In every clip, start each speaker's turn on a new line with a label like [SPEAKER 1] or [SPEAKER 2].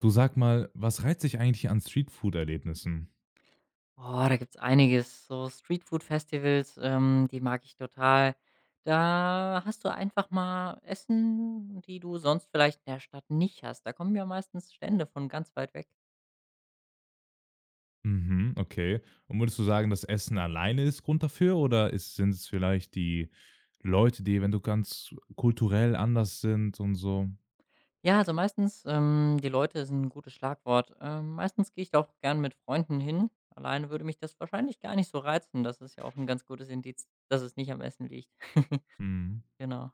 [SPEAKER 1] Du sag mal, was reizt dich eigentlich an Streetfood-Erlebnissen?
[SPEAKER 2] Oh, da gibt's einiges. So Streetfood-Festivals, die mag ich total. Da hast du einfach mal Essen, die du sonst vielleicht in der Stadt nicht hast. Da kommen ja meistens Stände von ganz weit weg.
[SPEAKER 1] Mhm, okay. Und würdest du sagen, dass Essen alleine ist Grund dafür oder ist sind es vielleicht die Leute, die eventuell ganz kulturell anders sind und so?
[SPEAKER 2] Ja, also meistens, die Leute sind ein gutes Schlagwort. Meistens gehe ich da auch gern mit Freunden hin. Alleine würde mich das wahrscheinlich gar nicht so reizen. Das ist ja auch ein ganz gutes Indiz, dass es nicht am Essen liegt.
[SPEAKER 1] Mhm.
[SPEAKER 2] Genau.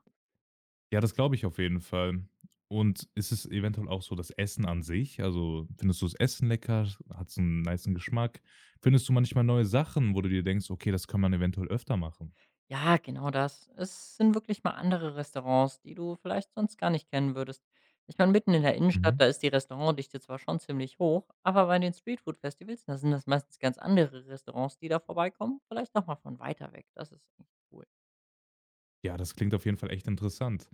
[SPEAKER 1] Ja, das glaube ich auf jeden Fall. Und ist es eventuell auch so das Essen an sich? Also, findest du das Essen lecker? Hat's einen nicen Geschmack? Findest du manchmal neue Sachen, wo du dir denkst: „Okay, das kann man eventuell öfter machen?“
[SPEAKER 2] Ja, genau das. Es sind wirklich mal andere Restaurants, die du vielleicht sonst gar nicht kennen würdest. Ich meine, mitten in der
[SPEAKER 1] Mhm.
[SPEAKER 2] Innenstadt, da ist die Restaurantdichte zwar schon ziemlich hoch, aber bei den Streetfood-Festivals, da sind das meistens ganz andere Restaurants, die da vorbeikommen. Vielleicht auch mal von weiter weg. Das ist echt cool.
[SPEAKER 1] Ja, das klingt auf jeden Fall echt interessant.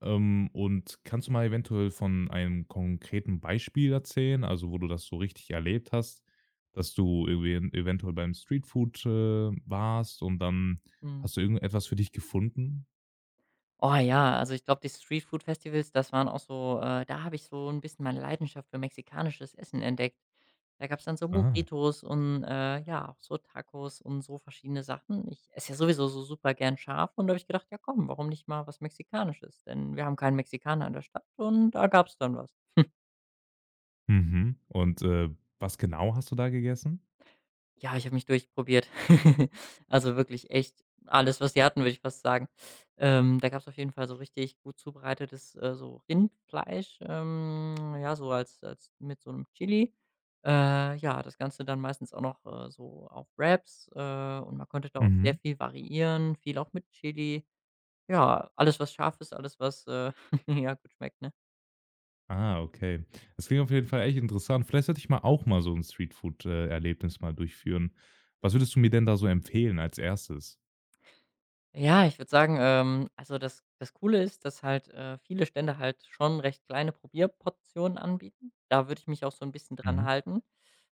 [SPEAKER 1] Und kannst du mal eventuell von einem konkreten Beispiel erzählen, also wo du das so richtig erlebt hast, dass du irgendwie eventuell beim Streetfood, warst und dann
[SPEAKER 2] Mhm.
[SPEAKER 1] hast du irgendetwas für dich gefunden?
[SPEAKER 2] Oh ja, also ich glaube, die Streetfood-Festivals, das waren auch so da habe ich so ein bisschen meine Leidenschaft für mexikanisches Essen entdeckt. Da gab es dann so
[SPEAKER 1] Ah,
[SPEAKER 2] Burritos und, ja, auch so Tacos und so verschiedene Sachen. Ich esse ja sowieso so super gern scharf und da habe ich gedacht: „Ja komm, warum nicht mal was Mexikanisches?“ Denn wir haben keinen Mexikaner in der Stadt und da gab es dann was.
[SPEAKER 1] mhm. Und, was genau hast du da gegessen?
[SPEAKER 2] Ja, ich habe mich durchprobiert. Also, wirklich echt alles, was sie hatten, würde ich fast sagen. Da gab es auf jeden Fall so richtig gut zubereitetes, so Rindfleisch, ja, so als mit so einem Chili. Ja, das Ganze dann meistens auch noch, so auf Wraps, und man konnte da auch sehr
[SPEAKER 1] Mhm.
[SPEAKER 2] viel variieren, viel auch mit Chili. Ja, alles, was scharf ist, alles, was, ja, gut schmeckt, ne?
[SPEAKER 1] Ah, okay. Das klingt auf jeden Fall echt interessant. Vielleicht sollte ich mal auch mal so ein Streetfood, Erlebnis mal durchführen. Was würdest du mir denn da so empfehlen als erstes?
[SPEAKER 2] Ja, ich würde sagen, also das Coole ist, dass halt, viele Stände halt schon recht kleine Probierportionen anbieten. Da würde ich mich auch so ein bisschen dran
[SPEAKER 1] Mhm.
[SPEAKER 2] halten,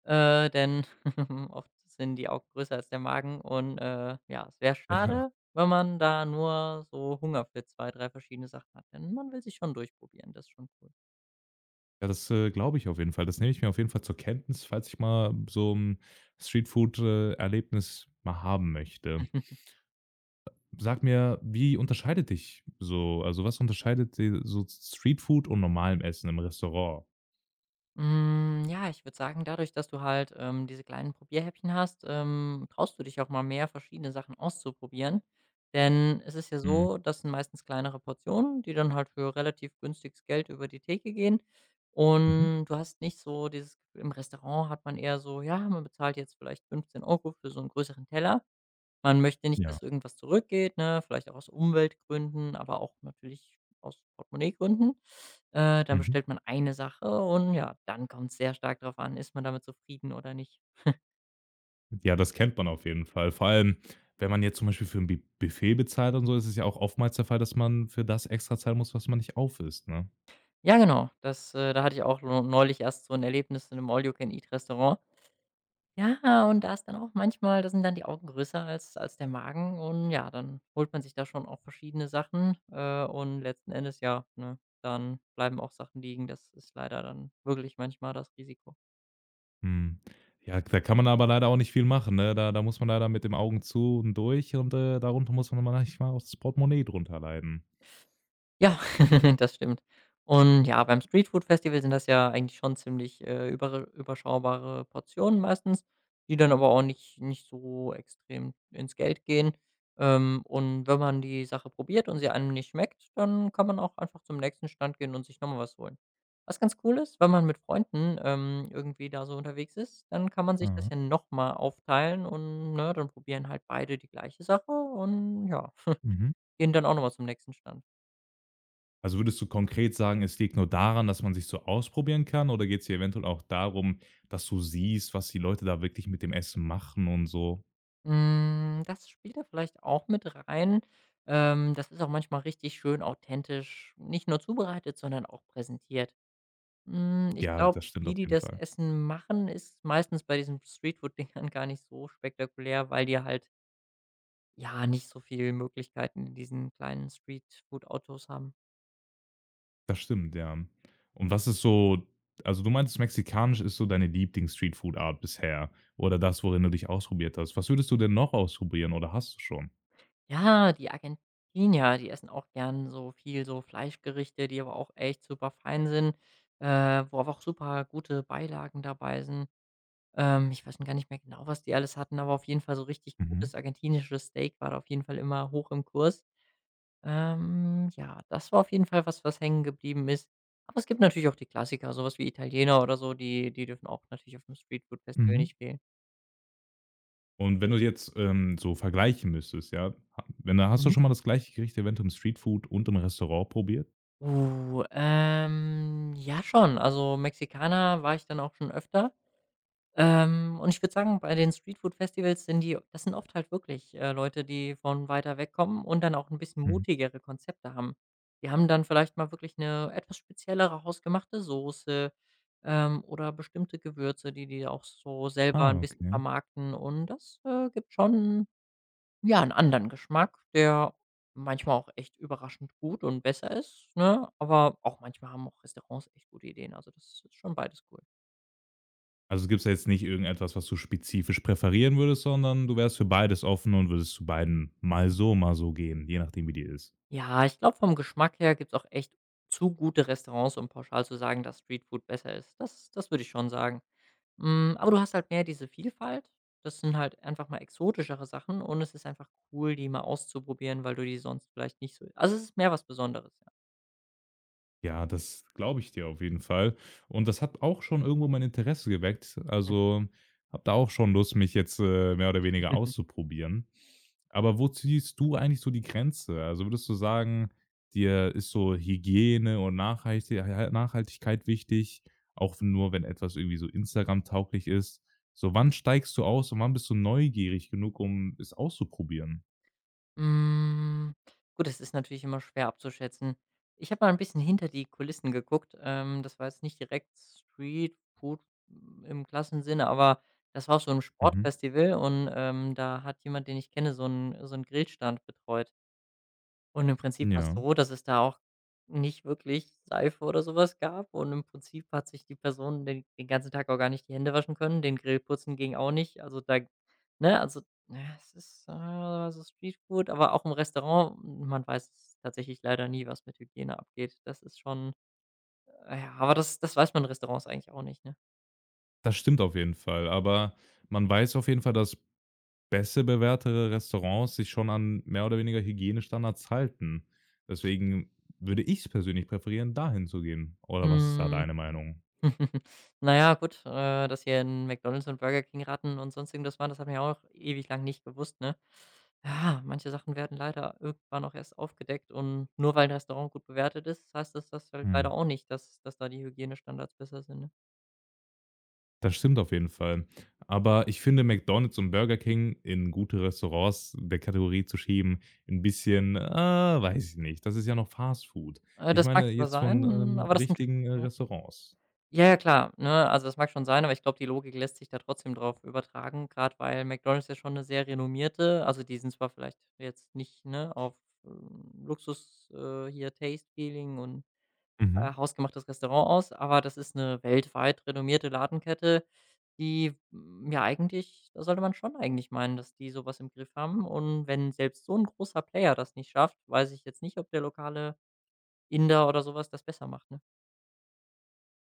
[SPEAKER 2] denn oft sind die Augen größer als der Magen und, ja, es wäre
[SPEAKER 1] Ja.
[SPEAKER 2] schade, wenn man da nur so Hunger für 2, 3 verschiedene Sachen hat, denn man will sich schon durchprobieren, das ist schon cool.
[SPEAKER 1] Ja, das, glaube ich auf jeden Fall. Das nehme ich mir auf jeden Fall zur Kenntnis, falls ich mal so ein Streetfood, Erlebnis mal haben möchte. Sag mir, wie unterscheidet dich so also, was unterscheidet de so Streetfood und normalem Essen im Restaurant?
[SPEAKER 2] Hm, ja, ich würde sagen, dadurch, dass du halt, diese kleinen Probierhäppchen hast, traust du dich auch mal mehr, verschiedene Sachen auszuprobieren. Denn es ist ja
[SPEAKER 1] Mhm.
[SPEAKER 2] so, das sind meistens kleinere Portionen, die dann halt für relativ günstiges Geld über die Theke gehen.
[SPEAKER 1] Mhm.
[SPEAKER 2] Und du hast nicht so dieses Gefühl, im Restaurant hat man eher so, ja, man bezahlt jetzt vielleicht 15 Euro für so einen größeren Teller. Man möchte nicht,
[SPEAKER 1] Ja.
[SPEAKER 2] dass irgendwas zurückgeht, ne, vielleicht auch aus Umweltgründen, aber auch natürlich aus Portemonnaiegründen. Dann
[SPEAKER 1] Mhm.
[SPEAKER 2] bestellt man eine Sache und ja, dann kommt's sehr stark darauf an, ist man damit zufrieden oder nicht.
[SPEAKER 1] Ja, das kennt man auf jeden Fall. Vor allem, wenn man jetzt zum Beispiel für ein Bu Buffet bezahlt und so, ist es ja auch oftmals der Fall, dass man für das extra zahlen muss, was man nicht aufisst, ne?
[SPEAKER 2] Ja, genau, das da hatte ich auch neulich erst so ein Erlebnis in einem All-You-Can-Eat-Restaurant. Ja, und da ist dann auch manchmal, da sind dann die Augen größer als der Magen und ja, dann holt man sich da schon auch verschiedene Sachen, und letzten Endes, ja, ne, dann bleiben auch Sachen liegen. Das ist leider dann wirklich manchmal das Risiko.
[SPEAKER 1] Mhm. Ja, da kann man aber leider auch nicht viel machen, ne? Da muss man leider mit dem Augen zu und durch und, darunter muss man manchmal auch das Portemonnaie drunter leiden.
[SPEAKER 2] Ja, das stimmt. Und ja, beim Streetfood-Festival sind das ja eigentlich schon ziemlich, überre überschaubare Portionen meistens, die dann aber auch nicht so extrem ins Geld gehen. Und wenn man die Sache probiert und sie einem nicht schmeckt, dann kann man auch einfach zum nächsten Stand gehen und sich nochmal was holen. Was ganz cool ist, wenn man mit Freunden, irgendwie da so unterwegs ist, dann kann man sich
[SPEAKER 1] Ah,
[SPEAKER 2] das ja nochmal aufteilen und, ne, dann probieren halt beide die gleiche Sache und ja,
[SPEAKER 1] mhm.
[SPEAKER 2] gehen dann auch nochmal zum nächsten Stand.
[SPEAKER 1] Also, würdest du konkret sagen, es liegt nur daran, dass man sich so ausprobieren kann oder geht es hier eventuell auch darum, dass du siehst, was die Leute da wirklich mit dem Essen machen und so?
[SPEAKER 2] Hm, das spielt da vielleicht auch mit rein. Das ist auch manchmal richtig schön authentisch, nicht nur zubereitet, sondern auch präsentiert. Hm, ich
[SPEAKER 1] Ja,
[SPEAKER 2] glaube,
[SPEAKER 1] das stimmt
[SPEAKER 2] wie
[SPEAKER 1] auf
[SPEAKER 2] die
[SPEAKER 1] jeden
[SPEAKER 2] das
[SPEAKER 1] Fall.
[SPEAKER 2] Essen machen, ist meistens bei diesen Streetfood-Dingern gar nicht so spektakulär, weil die halt, ja, nicht so viele Möglichkeiten in diesen kleinen Streetfood-Autos haben.
[SPEAKER 1] Das stimmt, ja. Und was ist so also, du meintest, mexikanisch ist so deine Lieblings-Streetfood-Art bisher oder das, worin du dich ausprobiert hast. Was würdest du denn noch ausprobieren oder hast du schon?
[SPEAKER 2] Ja, die Argentinier, die essen auch gern so viel so Fleischgerichte, die aber auch echt super fein sind, wo aber auch super gute Beilagen dabei sind. Ich weiß schon gar nicht mehr genau, was die alles hatten, aber auf jeden Fall so richtig gutes
[SPEAKER 1] Mhm.
[SPEAKER 2] argentinisches Steak war da auf jeden Fall immer hoch im Kurs. Ja, das war auf jeden Fall was, was hängen geblieben ist. Aber es gibt natürlich auch die Klassiker, sowas wie Italiener oder so, die dürfen auch natürlich auf dem Streetfood-Festival
[SPEAKER 1] Mhm.
[SPEAKER 2] nicht fehlen.
[SPEAKER 1] Und wenn du jetzt, so vergleichen müsstest, ja, ha wenn da hast du
[SPEAKER 2] Mhm.
[SPEAKER 1] schon mal das gleiche Gericht eventuell im Streetfood und im Restaurant probiert?
[SPEAKER 2] Ja schon. Also, Mexikaner war ich dann auch schon öfter. Und ich würde sagen, bei den Streetfood-Festivals sind die das sind oft halt wirklich, Leute, die von weiter weg kommen und dann auch ein bisschen
[SPEAKER 1] Mhm.
[SPEAKER 2] mutigere Konzepte haben. Die haben dann vielleicht mal wirklich eine etwas speziellere hausgemachte Soße, oder bestimmte Gewürze, die die auch so selber ein
[SPEAKER 1] Ah,
[SPEAKER 2] bisschen
[SPEAKER 1] okay.
[SPEAKER 2] vermarkten und das, gibt schon, ja, einen anderen Geschmack, der manchmal auch echt überraschend gut und besser ist, ne? Aber auch manchmal haben auch Restaurants echt gute Ideen. Also, das ist schon beides cool.
[SPEAKER 1] Also, gibt's da jetzt nicht irgendetwas, was du spezifisch präferieren würdest, sondern du wärst für beides offen und würdest zu beiden mal so gehen, je nachdem, wie die ist?
[SPEAKER 2] Ja, ich glaube, vom Geschmack her gibt's auch echt zu gute Restaurants, um pauschal zu sagen, dass Streetfood besser ist. Das würde ich schon sagen. Hm, aber du hast halt mehr diese Vielfalt. Das sind halt einfach mal exotischere Sachen und es ist einfach cool, die mal auszuprobieren, weil du die sonst vielleicht nicht so, also, es ist mehr was Besonderes, ja.
[SPEAKER 1] Ja, das glaube ich dir auf jeden Fall. Und das hat auch schon irgendwo mein Interesse geweckt. Also, habe da auch schon Lust, mich jetzt, mehr oder weniger auszuprobieren. Aber wo ziehst du eigentlich so die Grenze? Also, würdest du sagen, dir ist so Hygiene und Nachhaltigkeit wichtig, auch nur wenn etwas irgendwie so Instagram-tauglich ist? So, wann steigst du aus und wann bist du neugierig genug, um es auszuprobieren?
[SPEAKER 2] Hm, gut, es ist natürlich immer schwer abzuschätzen. Ich habe mal ein bisschen hinter die Kulissen geguckt. Das war jetzt nicht direkt Streetfood im klassischen Sinne, aber das war auf so 'nem
[SPEAKER 1] Mhm.
[SPEAKER 2] Sportfestival und, da hat jemand, den ich kenne, so einen so 'n Grillstand betreut. Und im Prinzip war es
[SPEAKER 1] Ja,
[SPEAKER 2] so, dass es da auch nicht wirklich Seife oder sowas gab und im Prinzip hat sich die Person den ganzen Tag auch gar nicht die Hände waschen können, den Grill putzen ging auch nicht. Also, da, ne, also, ja, es ist, so Streetfood, aber auch im Restaurant, hm, man weiß tatsächlich leider nie, was mit Hygiene abgeht. Das ist schon, ja, aber das weiß man in Restaurants eigentlich auch nicht, ne?
[SPEAKER 1] das stimmt auf jeden Fall, aber man weiß auf jeden Fall, dass besser bewährtere Restaurants sich schon an mehr oder weniger Hygienestandards halten. Deswegen würde ich es persönlich präferieren, dahin zu gehen. Oder was ist da
[SPEAKER 2] Mhm.
[SPEAKER 1] deine Meinung?
[SPEAKER 2] Na ja, gut, dass hier in McDonald's und Burger King Ratten und sonstigem das waren, das hat man ja auch ewig lang nicht gewusst, ne? Ja, manche Sachen werden leider irgendwann auch erst aufgedeckt und nur weil ein Restaurant gut bewertet ist, heißt das halt leider
[SPEAKER 1] Mhm.
[SPEAKER 2] auch nicht, dass da die Hygienestandards besser sind, ne?
[SPEAKER 1] Das stimmt auf jeden Fall. Aber ich finde, McDonald's und Burger King in gute Restaurants der Kategorie zu schieben, ein bisschen, weiß ich nicht. Das ist ja noch Fast Food. Ich
[SPEAKER 2] Das mag
[SPEAKER 1] meine
[SPEAKER 2] zwar
[SPEAKER 1] jetzt von,
[SPEAKER 2] sein, aber das sind
[SPEAKER 1] richtigen,
[SPEAKER 2] ja.
[SPEAKER 1] Restaurants.
[SPEAKER 2] Ja, ja, klar, ne? Also, das mag schon sein, aber ich glaube, die Logik lässt sich da trotzdem drauf übertragen, gerade weil McDonald's ja schon eine sehr renommierte, also, die sind zwar vielleicht jetzt nicht, ne, auf, Luxus, hier Taste Feeling und,
[SPEAKER 1] Mhm.
[SPEAKER 2] hausgemachtes Restaurant aus, aber das ist eine weltweit renommierte Ladenkette, die, hm, ja eigentlich, da sollte man schon eigentlich meinen, dass die sowas im Griff haben und wenn selbst so ein großer Player das nicht schafft, weiß ich jetzt nicht, ob der lokale Inder oder sowas das besser macht, ne?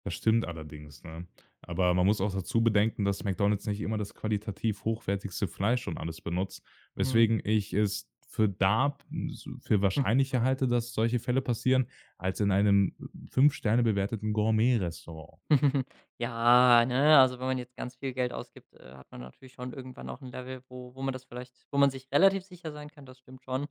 [SPEAKER 1] Das stimmt allerdings, ne? Aber man muss auch dazu bedenken, dass McDonald's nicht immer das qualitativ hochwertigste Fleisch und alles benutzt,
[SPEAKER 2] Mhm.
[SPEAKER 1] weswegen ich es für da so, für wahrscheinlicher halte, dass solche Fälle passieren, als in einem 5 Sterne bewerteten Gourmet-Restaurant.
[SPEAKER 2] Ja, ne, also wenn man jetzt ganz viel Geld ausgibt, hat man natürlich schon irgendwann auch ein Level, wo man das vielleicht, wo man sich relativ sicher sein kann, das stimmt schon.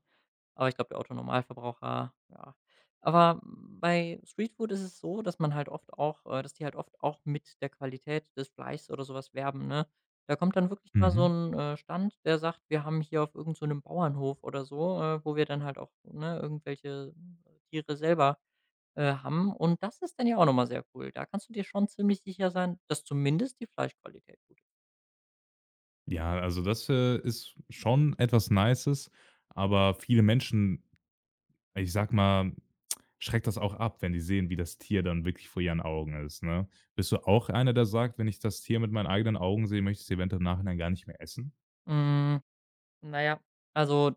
[SPEAKER 2] Aber ich glaube, der Otto-Normalverbraucher, ja. Aber bei Streetfood ist es so, dass man halt oft auch, dass die halt oft auch mit der Qualität des Fleischs oder sowas werben, ne? Da kommt dann wirklich mal so
[SPEAKER 1] Mhm.
[SPEAKER 2] ein Stand, der sagt: „Wir haben hier auf irgend so einem Bauernhof oder so, wo wir dann halt auch, ne, irgendwelche Tiere selber haben.“ Und das ist dann ja auch noch mal sehr cool. Da kannst du dir schon ziemlich sicher sein, dass zumindest die Fleischqualität gut ist.
[SPEAKER 1] Ja, also das, ist schon etwas Nices, aber viele Menschen Ich sag mal, schreckt das auch ab, wenn die sehen, wie das Tier dann wirklich vor ihren Augen ist, ne? Bist du auch einer, der sagt: „Wenn ich das Tier mit meinen eigenen Augen sehe, möchte ich's eventuell im Nachhinein gar nicht mehr essen?“
[SPEAKER 2] Hm, na ja, also,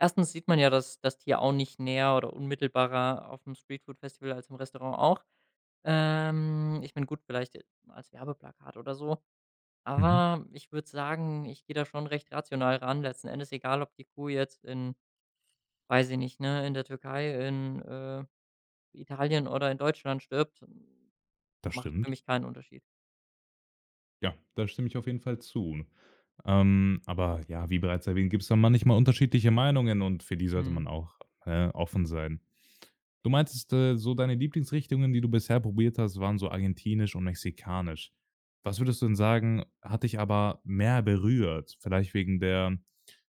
[SPEAKER 2] erstens sieht man ja das Tier auch nicht näher oder unmittelbarer auf dem Streetfood-Festival als im Restaurant auch. Ich bin gut, vielleicht als Werbeplakat oder so,
[SPEAKER 1] Mhm,
[SPEAKER 2] aber ich würde sagen, ich gehe da schon recht rational ran. Letzten Endes egal, ob die Kuh jetzt in, weiß ich nicht, ne, in der Türkei, in, Italien oder in Deutschland stirbt,
[SPEAKER 1] das
[SPEAKER 2] macht für
[SPEAKER 1] stimmt.
[SPEAKER 2] mich keinen Unterschied.
[SPEAKER 1] Ja, da stimme ich auf jeden Fall zu. Aber ja, wie bereits erwähnt, gibt es da manchmal unterschiedliche Meinungen und für die sollte
[SPEAKER 2] Mhm.
[SPEAKER 1] man auch, offen sein. Du meintest, so deine Lieblingsrichtungen, die du bisher probiert hast, waren so argentinisch und mexikanisch. Was würdest du denn sagen, hat dich aber mehr berührt? Vielleicht wegen der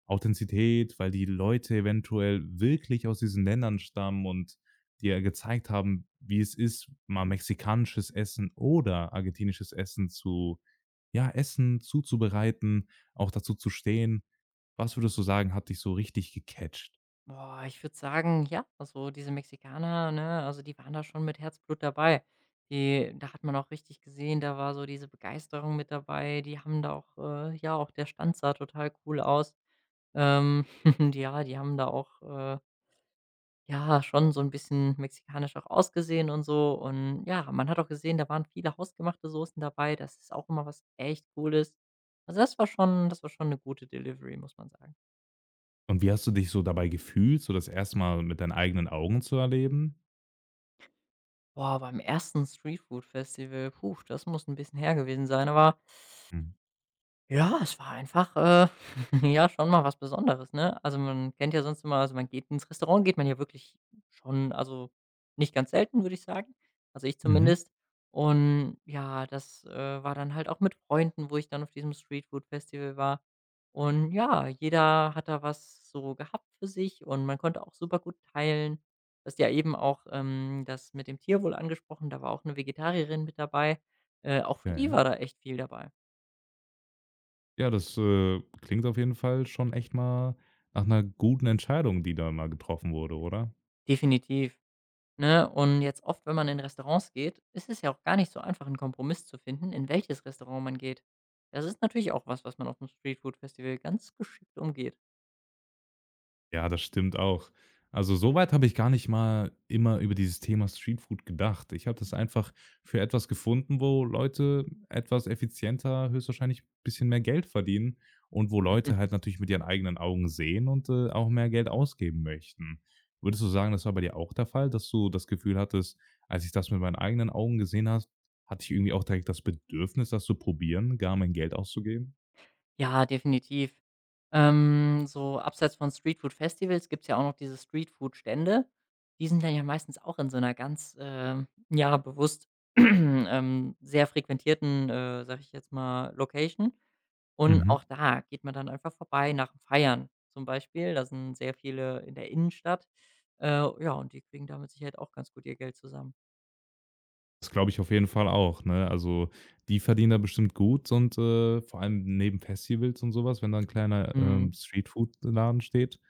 [SPEAKER 1] Authentizität, weil die Leute eventuell wirklich aus diesen Ländern stammen und dir gezeigt haben, wie es ist, mal mexikanisches Essen oder argentinisches Essen zu ja, essen, zuzubereiten, auch dazu zu stehen. Was würdest du sagen, hat dich so richtig gecatcht?
[SPEAKER 2] Boah, ich würde sagen, ja, also diese Mexikaner, ne, also die waren da schon mit Herzblut dabei. Die, da hat man auch richtig gesehen, da war so diese Begeisterung mit dabei. Die haben da auch ja, auch der Stand sah total cool aus. Ähm, Die, ja, die haben da auch, ja, schon so ein bisschen mexikanisch auch ausgesehen und so. Und ja, man hat auch gesehen, da waren viele hausgemachte Soßen dabei. Das ist auch immer was echt Cooles. Also, das war schon eine gute Delivery, muss man sagen.
[SPEAKER 1] Und wie hast du dich so dabei gefühlt, so das erstmal mit deinen eigenen Augen zu erleben?
[SPEAKER 2] Boah, beim ersten Streetfood-Festival, puh, das muss ein bisschen her gewesen sein, aber
[SPEAKER 1] Mhm.
[SPEAKER 2] ja, es war einfach, ja, schon mal was Besonderes, ne? Also, man kennt ja sonst immer, also, man geht ins Restaurant, geht man ja wirklich schon, also, nicht ganz selten, würde ich sagen. Also, ich
[SPEAKER 1] Mhm.
[SPEAKER 2] zumindest. Und ja, das, war dann halt auch mit Freunden, wo ich dann auf diesem Streetfood-Festival war. Und ja, jeder hat da was so gehabt für sich und man konnte auch super gut teilen. Du hast ja eben auch, das mit dem Tierwohl angesprochen, da war auch eine Vegetarierin mit dabei. Auch für die
[SPEAKER 1] Okay.
[SPEAKER 2] war da echt viel dabei.
[SPEAKER 1] Ja, das, klingt auf jeden Fall schon echt mal nach einer guten Entscheidung, die da mal getroffen wurde, oder?
[SPEAKER 2] Definitiv. Ne? Und jetzt oft, wenn man in Restaurants geht, ist es ja auch gar nicht so einfach, einen Kompromiss zu finden, in welches Restaurant man geht. Das ist natürlich auch was, was man aufm Streetfood-Festival ganz geschickt umgeht.
[SPEAKER 1] Ja, das stimmt auch. Also, soweit habe ich gar nicht mal immer über dieses Thema Streetfood gedacht. Ich habe das einfach für etwas gefunden, wo Leute etwas effizienter, höchstwahrscheinlich ein bisschen mehr Geld verdienen und wo Leute halt natürlich mit ihren eigenen Augen sehen und, auch mehr Geld ausgeben möchten. Würdest du sagen, das war bei dir auch der Fall, dass du das Gefühl hattest, als ich das mit meinen eigenen Augen gesehen hast, hatte ich irgendwie auch direkt das Bedürfnis, das zu probieren, gar mein Geld auszugeben?
[SPEAKER 2] Ja, definitiv. So abseits von Streetfood-Festivals gibt's ja auch noch diese Streetfood-Stände. Die sind dann ja meistens auch in so einer ganz, ja, bewusst, sehr frequentierten, sage ich jetzt mal, Location. Und
[SPEAKER 1] Mhm.
[SPEAKER 2] auch da geht man dann einfach vorbei nach'm Feiern zum Beispiel. Da sind sehr viele in der Innenstadt. Äh, ja, und die kriegen da mit Sicherheit auch ganz gut ihr Geld zusammen.
[SPEAKER 1] Das glaube ich auf jeden Fall auch, ne? Also, die verdienen da bestimmt gut und, vor allem neben Festivals und so was, wenn da 'n kleiner,
[SPEAKER 2] Mhm.
[SPEAKER 1] Streetfood-Laden steht,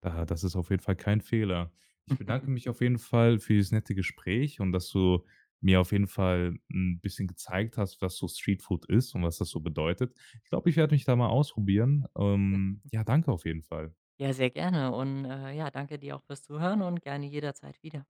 [SPEAKER 1] da das ist auf jeden Fall kein Fehler. Ich bedanke mich auf jeden Fall für dieses nette Gespräch und dass du mir auf jeden Fall 'n bisschen gezeigt hast, was so Streetfood ist und was das so bedeutet. Ich glaube, ich werde mich da mal ausprobieren. Ja, danke auf jeden Fall.
[SPEAKER 2] Ja, sehr gerne und, ja, danke dir auch fürs Zuhören und gerne jederzeit wieder.